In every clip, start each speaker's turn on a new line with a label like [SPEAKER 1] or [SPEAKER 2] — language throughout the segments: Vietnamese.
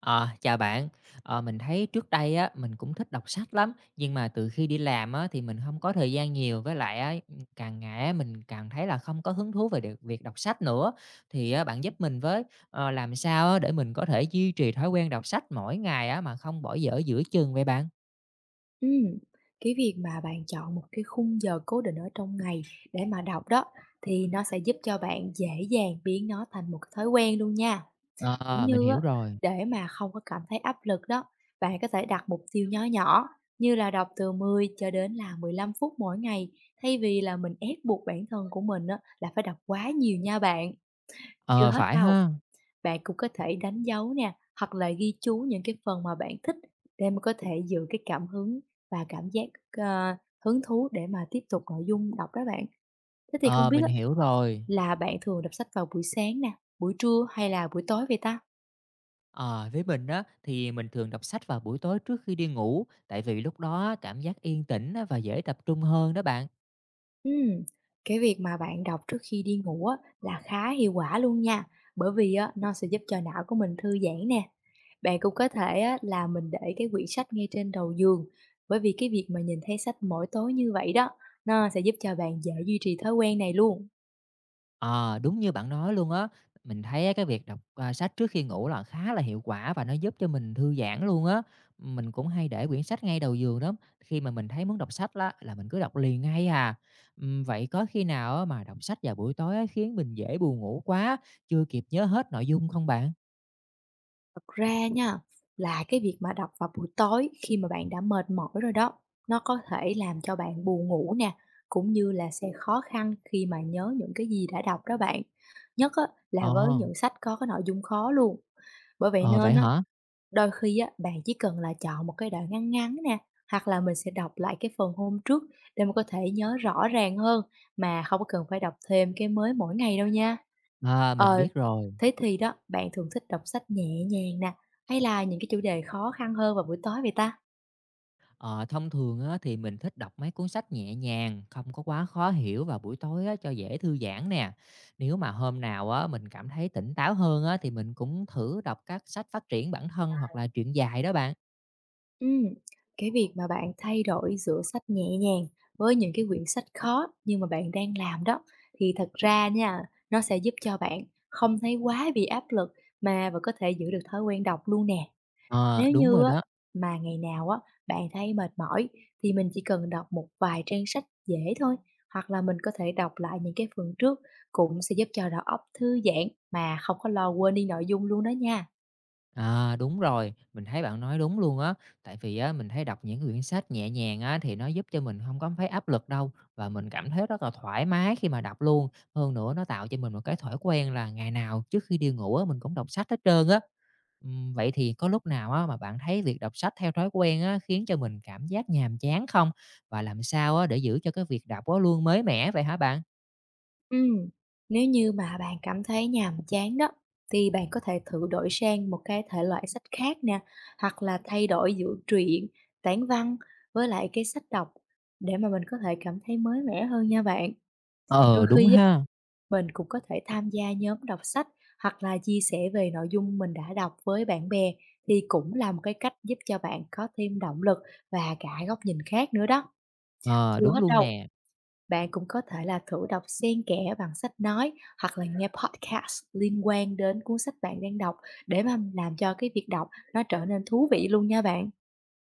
[SPEAKER 1] Ờ, Chào bạn. Mình thấy trước đây á, mình cũng thích đọc sách lắm, nhưng mà từ khi đi làm á, thì mình không có thời gian nhiều với lại á, càng ngày á, mình càng thấy là không có hứng thú về được việc đọc sách nữa. Thì á, bạn giúp mình với, làm sao á, để mình có thể duy trì thói quen đọc sách mỗi ngày á, mà không bỏ dở giữa chừng vậy bạn?
[SPEAKER 2] Ừm, cái việc mà bạn chọn một cái khung giờ cố định ở trong ngày để mà đọc đó thì nó sẽ giúp cho bạn dễ dàng biến nó thành một cái thói quen luôn nha. Cũng
[SPEAKER 1] Ờ, mình
[SPEAKER 2] như á,
[SPEAKER 1] hiểu rồi.
[SPEAKER 2] để mà không có cảm thấy áp lực đó, bạn có thể đặt mục tiêu nhỏ nhỏ như là đọc từ 10 cho đến là 15 phút mỗi ngày thay vì là mình ép buộc bản thân của mình á, là phải đọc quá nhiều nha bạn. Chưa
[SPEAKER 1] Ờ,
[SPEAKER 2] hết
[SPEAKER 1] Phải
[SPEAKER 2] đâu,
[SPEAKER 1] ha.
[SPEAKER 2] bạn cũng có thể đánh dấu nè, hoặc là ghi chú những cái phần mà bạn thích để mà có thể giữ cái cảm hứng và cảm giác, ờ, hứng thú để mà tiếp tục nội dung đọc đó bạn. Thế thì không
[SPEAKER 1] Ờ,
[SPEAKER 2] biết
[SPEAKER 1] mình
[SPEAKER 2] á,
[SPEAKER 1] hiểu rồi.
[SPEAKER 2] là bạn thường đọc sách vào buổi sáng nè, buổi trưa hay là buổi tối vậy ta?
[SPEAKER 1] Ờ, với mình á, thì mình thường đọc sách vào buổi tối trước khi đi ngủ, tại vì lúc đó á, cảm giác yên tĩnh á, và dễ tập trung hơn đó bạn.
[SPEAKER 2] Ừm, cái việc mà bạn đọc trước khi đi ngủ á, là khá hiệu quả luôn nha, bởi vì á, nó sẽ giúp cho não của mình thư giãn nè. Bạn cũng có thể á, là mình để cái quyển sách ngay trên đầu giường, bởi vì cái việc mà nhìn thấy sách mỗi tối như vậy đó, nó sẽ giúp cho bạn dễ duy trì thói quen này luôn.
[SPEAKER 1] Ờ, Đúng như bạn nói luôn á. Mình thấy á cái việc đọc, à, sách trước khi ngủ là khá là hiệu quả và nó giúp cho mình thư giãn luôn á. Mình cũng hay để quyển sách ngay đầu giường lắm, khi mà mình thấy muốn đọc sách á là mình cứ đọc liền ngay à. Vậy có khi nào á mà đọc sách vào buổi tối á khiến mình dễ buồn ngủ quá, chưa kịp nhớ hết nội dung không bạn?
[SPEAKER 2] Thật ra nha, là cái việc mà đọc vào buổi tối khi mà bạn đã mệt mỏi rồi đó, nó có thể làm cho bạn buồn ngủ nè, cũng như là sẽ khó khăn khi mà nhớ những cái gì đã đọc đó bạn. Nhất á, là với
[SPEAKER 1] Ờ,
[SPEAKER 2] những sách có cái nội dung khó luôn. Bởi vậy
[SPEAKER 1] ờ, Vậy
[SPEAKER 2] nên á,
[SPEAKER 1] hả?
[SPEAKER 2] đôi khi á, bạn chỉ cần là chọn một cái đoạn ngắn ngắn nè, hoặc là mình sẽ đọc lại cái phần hôm trước để mà có thể nhớ rõ ràng hơn, mà không có cần phải đọc thêm cái mới mỗi ngày đâu nha.
[SPEAKER 1] À, mình
[SPEAKER 2] Ờ,
[SPEAKER 1] biết rồi.
[SPEAKER 2] thế thì đó, bạn thường thích đọc sách nhẹ nhàng nè, hay là những cái chủ đề khó khăn hơn vào buổi tối vậy ta?
[SPEAKER 1] Ờ, Thông thường á, thì mình thích đọc mấy cuốn sách nhẹ nhàng, không có quá khó hiểu vào buổi tối á, cho dễ thư giãn nè. Nếu mà hôm nào á, mình cảm thấy tỉnh táo hơn á, thì mình cũng thử đọc các sách phát triển bản thân hoặc là truyện dài đó bạn.
[SPEAKER 2] Ừm, cái việc mà bạn thay đổi giữa sách nhẹ nhàng với những cái quyển sách khó nhưng mà bạn đang làm đó thì thật ra nha, nó sẽ giúp cho bạn không thấy quá bị áp lực mà vẫn có thể giữ được thói quen đọc luôn nè.
[SPEAKER 1] Ờ,
[SPEAKER 2] Nếu
[SPEAKER 1] Đúng
[SPEAKER 2] như
[SPEAKER 1] rồi
[SPEAKER 2] á
[SPEAKER 1] đó.
[SPEAKER 2] mà ngày nào á bạn thấy mệt mỏi thì mình chỉ cần đọc một vài trang sách dễ thôi, hoặc là mình có thể đọc lại những cái phần trước cũng sẽ giúp cho đầu óc thư giãn mà không có lo quên đi nội dung luôn đó nha.
[SPEAKER 1] À, đúng rồi, mình thấy bạn nói đúng luôn á. Tại vì á, mình thấy đọc những quyển sách nhẹ nhàng á, thì nó giúp cho mình không có thấy áp lực đâu. Và mình cảm thấy rất là thoải mái khi mà đọc luôn. Hơn nữa nó tạo cho mình một cái thói quen là ngày nào trước khi đi ngủ á, mình cũng đọc sách hết trơn á. Vậy thì có lúc nào á mà bạn thấy việc đọc sách theo thói quen á khiến cho mình cảm giác nhàm chán không? Và làm sao á để giữ cho cái việc đọc á luôn mới mẻ vậy hả bạn?
[SPEAKER 2] Ừm, nếu như mà bạn cảm thấy nhàm chán đó, thì bạn có thể thử đổi sang một cái thể loại sách khác nè, hoặc là thay đổi giữa truyện, tản văn với lại cái sách đọc để mà mình có thể cảm thấy mới mẻ hơn nha bạn. Đôi
[SPEAKER 1] Ờ, Đúng
[SPEAKER 2] khi á,
[SPEAKER 1] ha.
[SPEAKER 2] mình cũng có thể tham gia nhóm đọc sách hoặc là chia sẻ về nội dung mình đã đọc với bạn bè thì cũng là một cái cách giúp cho bạn có thêm động lực và cả góc nhìn khác nữa đó.
[SPEAKER 1] Ờ,
[SPEAKER 2] Chưa
[SPEAKER 1] Đúng
[SPEAKER 2] hết
[SPEAKER 1] luôn
[SPEAKER 2] đâu,
[SPEAKER 1] nè.
[SPEAKER 2] bạn cũng có thể là thử đọc xen kẽ bằng sách nói hoặc là nghe podcast liên quan đến cuốn sách bạn đang đọc để mà làm cho cái việc đọc nó trở nên thú vị luôn nha bạn.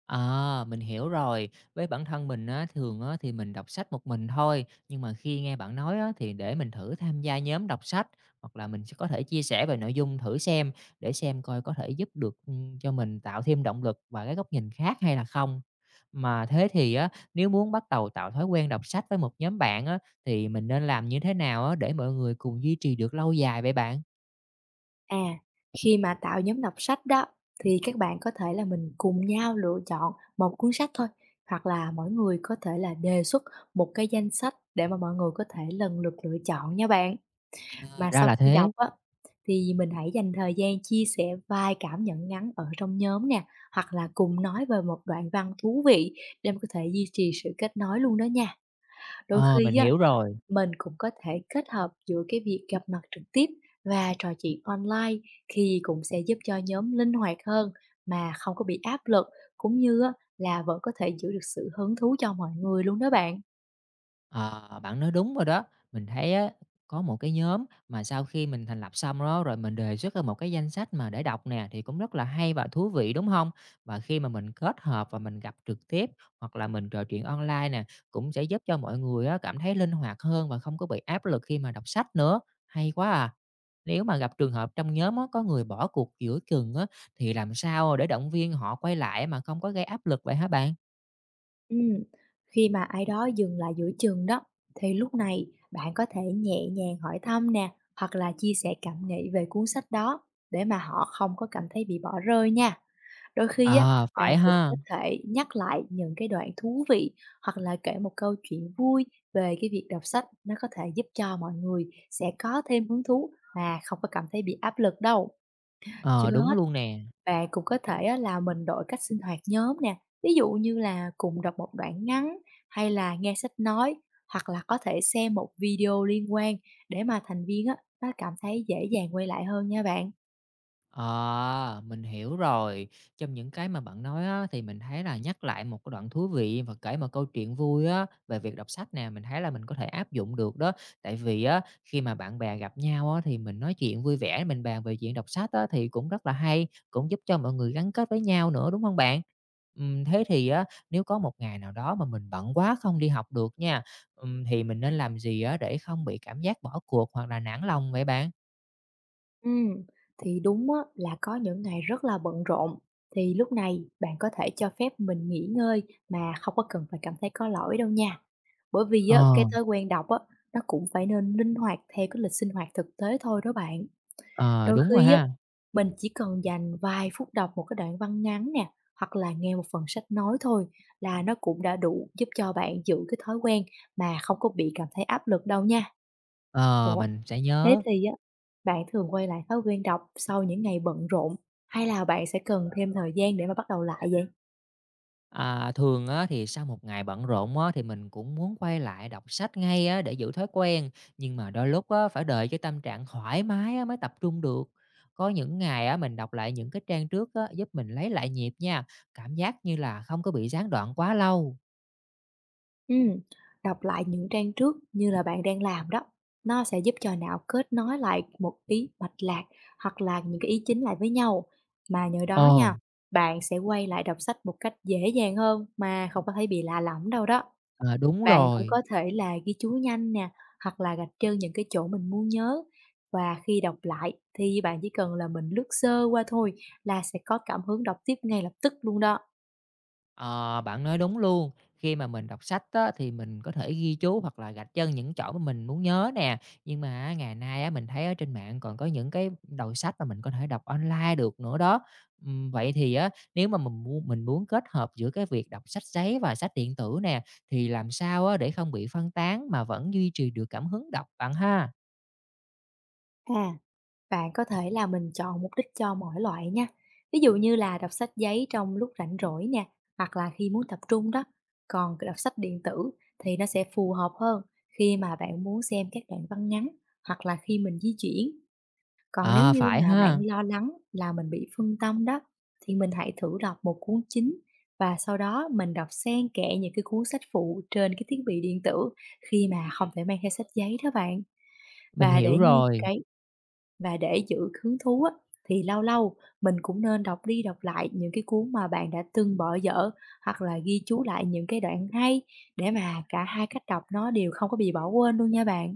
[SPEAKER 1] À, mình hiểu rồi. Với bản thân mình á, thường á, thì mình đọc sách một mình thôi. Nhưng mà khi nghe bạn nói á, thì để mình thử tham gia nhóm đọc sách hoặc là mình sẽ có thể chia sẻ về nội dung thử xem để xem coi có thể giúp được ừ, cho mình tạo thêm động lực và cái góc nhìn khác hay là không. Mà thế thì á, nếu muốn bắt đầu tạo thói quen đọc sách với một nhóm bạn á, thì mình nên làm như thế nào á, để mọi người cùng duy trì được lâu dài vậy bạn?
[SPEAKER 2] À, khi mà tạo nhóm đọc sách đó thì các bạn có thể là mình cùng nhau lựa chọn một cuốn sách thôi hoặc là mỗi người có thể là đề xuất một cái danh sách để mà mọi người có thể lần lượt lựa chọn nha bạn.
[SPEAKER 1] À,
[SPEAKER 2] Mà
[SPEAKER 1] ra
[SPEAKER 2] sau
[SPEAKER 1] là
[SPEAKER 2] khi đọc
[SPEAKER 1] thế.
[SPEAKER 2] á, thì mình hãy dành thời gian chia sẻ vài cảm nhận ngắn ở trong nhóm nè, hoặc là cùng nói về một đoạn văn thú vị để mà có thể duy trì sự kết nối luôn đó nha. Đôi
[SPEAKER 1] Ờ, mình
[SPEAKER 2] khi á,
[SPEAKER 1] hiểu rồi.
[SPEAKER 2] mình cũng có thể kết hợp giữa cái việc gặp mặt trực tiếp và trò chuyện online thì cũng sẽ giúp cho nhóm linh hoạt hơn mà không có bị áp lực, cũng như á là vẫn có thể giữ được sự hứng thú cho mọi người luôn đó bạn.
[SPEAKER 1] Ờ, Bạn nói đúng rồi đó. Mình thấy á, có một cái nhóm mà sau khi mình thành lập xong đó, rồi mình đề xuất ra một cái danh sách mà để đọc nè, thì cũng rất là hay và thú vị, đúng không. Và khi mà mình kết hợp và mình gặp trực tiếp hoặc là mình trò chuyện online nè, cũng sẽ giúp cho mọi người á, cảm thấy linh hoạt hơn và không có bị áp lực khi mà đọc sách nữa. Hay quá à! Nếu mà gặp trường hợp trong nhóm á, có người bỏ cuộc giữa chừng á, thì làm sao để động viên họ quay lại mà không có gây áp lực vậy hả bạn?
[SPEAKER 2] Ừm, khi mà ai đó dừng lại giữa chừng đó, thì lúc này bạn có thể nhẹ nhàng hỏi thăm nè, hoặc là chia sẻ cảm nghĩ về cuốn sách đó để mà họ không có cảm thấy bị bỏ rơi nha. Đôi khi á,
[SPEAKER 1] Ờ,
[SPEAKER 2] bạn
[SPEAKER 1] Phải
[SPEAKER 2] cũng
[SPEAKER 1] ha.
[SPEAKER 2] có thể nhắc lại những cái đoạn thú vị hoặc là kể một câu chuyện vui về cái việc đọc sách, nó có thể giúp cho mọi người sẽ có thêm hứng thú mà không có cảm thấy bị áp lực đâu.
[SPEAKER 1] Ờ,
[SPEAKER 2] Chưa
[SPEAKER 1] Đúng
[SPEAKER 2] hết,
[SPEAKER 1] luôn nè.
[SPEAKER 2] bạn cũng có thể á là mình đổi cách sinh hoạt nhóm nè, ví dụ như là cùng đọc một đoạn ngắn hay là nghe sách nói, hoặc là có thể xem một video liên quan để mà thành viên á, nó cảm thấy dễ dàng quay lại hơn nha bạn.
[SPEAKER 1] À, mình hiểu rồi. Trong những cái mà bạn nói á, thì mình thấy là nhắc lại một cái đoạn thú vị và kể một câu chuyện vui á, về việc đọc sách nè, mình thấy là mình có thể áp dụng được đó. Tại vì á, khi mà bạn bè gặp nhau á, thì mình nói chuyện vui vẻ, mình bàn về chuyện đọc sách á, thì cũng rất là hay, cũng giúp cho mọi người gắn kết với nhau nữa, đúng không bạn? Thế thì á, nếu có một ngày nào đó mà mình bận quá không đi học được nha, thì mình nên làm gì á, để không bị cảm giác bỏ cuộc hoặc là nản lòng vậy bạn?
[SPEAKER 2] Ừ thì đúng á, là có những ngày rất là bận rộn, thì lúc này bạn có thể cho phép mình nghỉ ngơi mà không có cần phải cảm thấy có lỗi đâu nha. Bởi vì á, cái
[SPEAKER 1] Ờ,
[SPEAKER 2] thói quen đọc á, nó cũng phải nên linh hoạt theo cái lịch sinh hoạt thực tế thôi đó bạn.
[SPEAKER 1] ờ,
[SPEAKER 2] Đôi
[SPEAKER 1] Đúng rồi
[SPEAKER 2] khi á,
[SPEAKER 1] ha.
[SPEAKER 2] mình chỉ cần dành vài phút đọc một cái đoạn văn ngắn nè, hoặc là nghe một phần sách nói thôi là nó cũng đã đủ giúp cho bạn giữ cái thói quen mà không có bị cảm thấy áp lực đâu nha.
[SPEAKER 1] Ờ,
[SPEAKER 2] Ủa,
[SPEAKER 1] mình sẽ
[SPEAKER 2] thế
[SPEAKER 1] nhớ.
[SPEAKER 2] thì á, bạn thường quay lại thói quen đọc sau những ngày bận rộn, hay là bạn sẽ cần thêm thời gian để mà bắt đầu lại vậy?
[SPEAKER 1] À, thường á, thì sau một ngày bận rộn á, thì mình cũng muốn quay lại đọc sách ngay á, để giữ thói quen, nhưng mà đôi lúc á, phải đợi cho tâm trạng thoải mái á, mới tập trung được. Có những ngày á, mình đọc lại những cái trang trước á, giúp mình lấy lại nhịp nha, cảm giác như là không có bị gián đoạn quá lâu.
[SPEAKER 2] Ừm, đọc lại những trang trước như là bạn đang làm đó, nó sẽ giúp cho não kết nối lại một ý mạch lạc hoặc là những cái ý chính lại với nhau. Mà nhờ đó
[SPEAKER 1] Ờ,
[SPEAKER 2] nha, bạn sẽ quay lại đọc sách một cách dễ dàng hơn mà không có thấy bị lạ lẫm đâu đó.
[SPEAKER 1] Đúng
[SPEAKER 2] Bạn cũng
[SPEAKER 1] rồi.
[SPEAKER 2] có thể là ghi chú nhanh nè, hoặc là gạch chân những cái chỗ mình muốn nhớ. Và khi đọc lại thì bạn chỉ cần là mình lướt sơ qua thôi là sẽ có cảm hứng đọc tiếp ngay lập tức luôn đó.
[SPEAKER 1] Ờ, Bạn nói đúng luôn. Khi mà mình đọc sách á, thì mình có thể ghi chú hoặc là gạch chân những chỗ mà mình muốn nhớ nè. Nhưng mà á, ngày nay á, mình thấy ở trên mạng còn có những cái đầu sách mà mình có thể đọc online được nữa đó. Vậy thì á, nếu mà mình muốn kết hợp giữa cái việc đọc sách giấy và sách điện tử nè, thì làm sao á, để không bị phân tán mà vẫn duy trì được cảm hứng đọc bạn ha?
[SPEAKER 2] À, bạn có thể là mình chọn mục đích cho mỗi loại nha. Ví dụ như là đọc sách giấy trong lúc rảnh rỗi nè, hoặc là khi muốn tập trung đó. Còn cái đọc sách điện tử thì nó sẽ phù hợp hơn khi mà bạn muốn xem các đoạn văn ngắn hoặc là khi mình di chuyển. Còn nếu
[SPEAKER 1] À,
[SPEAKER 2] như
[SPEAKER 1] phải
[SPEAKER 2] mà bạn
[SPEAKER 1] ha,
[SPEAKER 2] lo lắng là mình bị phân tâm đó, thì mình hãy thử đọc một cuốn chính và sau đó mình đọc xen kẽ những cái cuốn sách phụ trên cái thiết bị điện tử khi mà không phải mang theo sách giấy đó bạn.
[SPEAKER 1] mình
[SPEAKER 2] Và
[SPEAKER 1] hiểu
[SPEAKER 2] để như
[SPEAKER 1] rồi.
[SPEAKER 2] cái và để giữ hứng thú á, thì lâu lâu mình cũng nên đọc đi đọc lại những cái cuốn mà bạn đã từng bỏ dở hoặc là ghi chú lại những cái đoạn hay để mà cả hai cách đọc nó đều không có bị bỏ quên luôn nha bạn.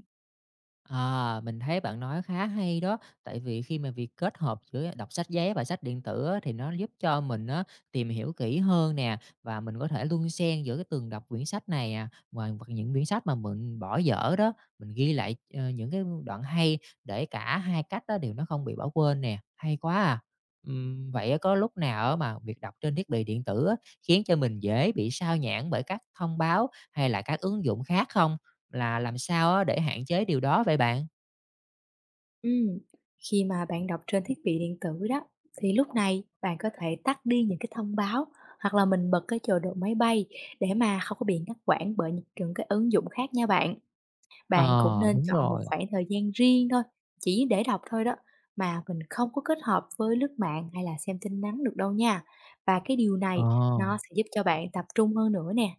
[SPEAKER 1] À, mình thấy bạn nói khá hay đó, tại vì khi mà việc kết hợp giữa đọc sách giấy và sách điện tử á, thì nó giúp cho mình á, tìm hiểu kỹ hơn nè và mình có thể luân xen giữa cái từng đọc quyển sách này à, ngoài hoặc những quyển sách mà mình bỏ dở đó, mình ghi lại những cái đoạn hay để cả hai cách đó đều nó không bị bỏ quên nè, hay quá à. Vậy á, có lúc nào á mà việc đọc trên thiết bị điện tử á, khiến cho mình dễ bị sao nhãng bởi các thông báo hay là các ứng dụng khác không? Là làm sao á để hạn chế điều đó vậy bạn?
[SPEAKER 2] Ừm, khi mà bạn đọc trên thiết bị điện tử đó thì lúc này bạn có thể tắt đi những cái thông báo hoặc là mình bật cái chế độ máy bay để mà không có bị ngắt quãng bởi những cái ứng dụng khác nha bạn. Bạn cũng
[SPEAKER 1] Ờ,
[SPEAKER 2] nên
[SPEAKER 1] Đúng
[SPEAKER 2] chọn một
[SPEAKER 1] rồi.
[SPEAKER 2] khoảng thời gian riêng thôi, chỉ để đọc thôi đó mà mình không có kết hợp với lướt mạng hay là xem tin nhắn được đâu nha. Và cái điều
[SPEAKER 1] Ờ,
[SPEAKER 2] này nó sẽ giúp cho bạn tập trung hơn nữa nè.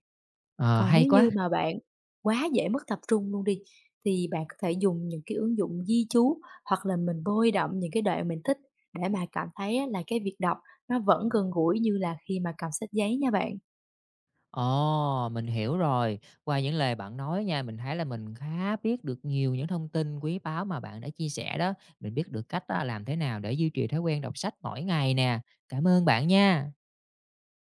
[SPEAKER 1] ờ,
[SPEAKER 2] Còn
[SPEAKER 1] Hay
[SPEAKER 2] nếu
[SPEAKER 1] quá.
[SPEAKER 2] như mà bạn quá dễ mất tập trung luôn đi, thì bạn có thể dùng những cái ứng dụng ghi chú hoặc là mình bôi đậm những cái đoạn mình thích để mà cảm thấy á là cái việc đọc nó vẫn gần gũi như là khi mà cầm sách giấy nha bạn.
[SPEAKER 1] Ồ, mình hiểu rồi. Qua những lời bạn nói nha, mình thấy là mình khá biết được nhiều những thông tin quý báu mà bạn đã chia sẻ đó. Mình biết được cách á làm thế nào để duy trì thói quen đọc sách mỗi ngày nè. Cảm ơn bạn nha.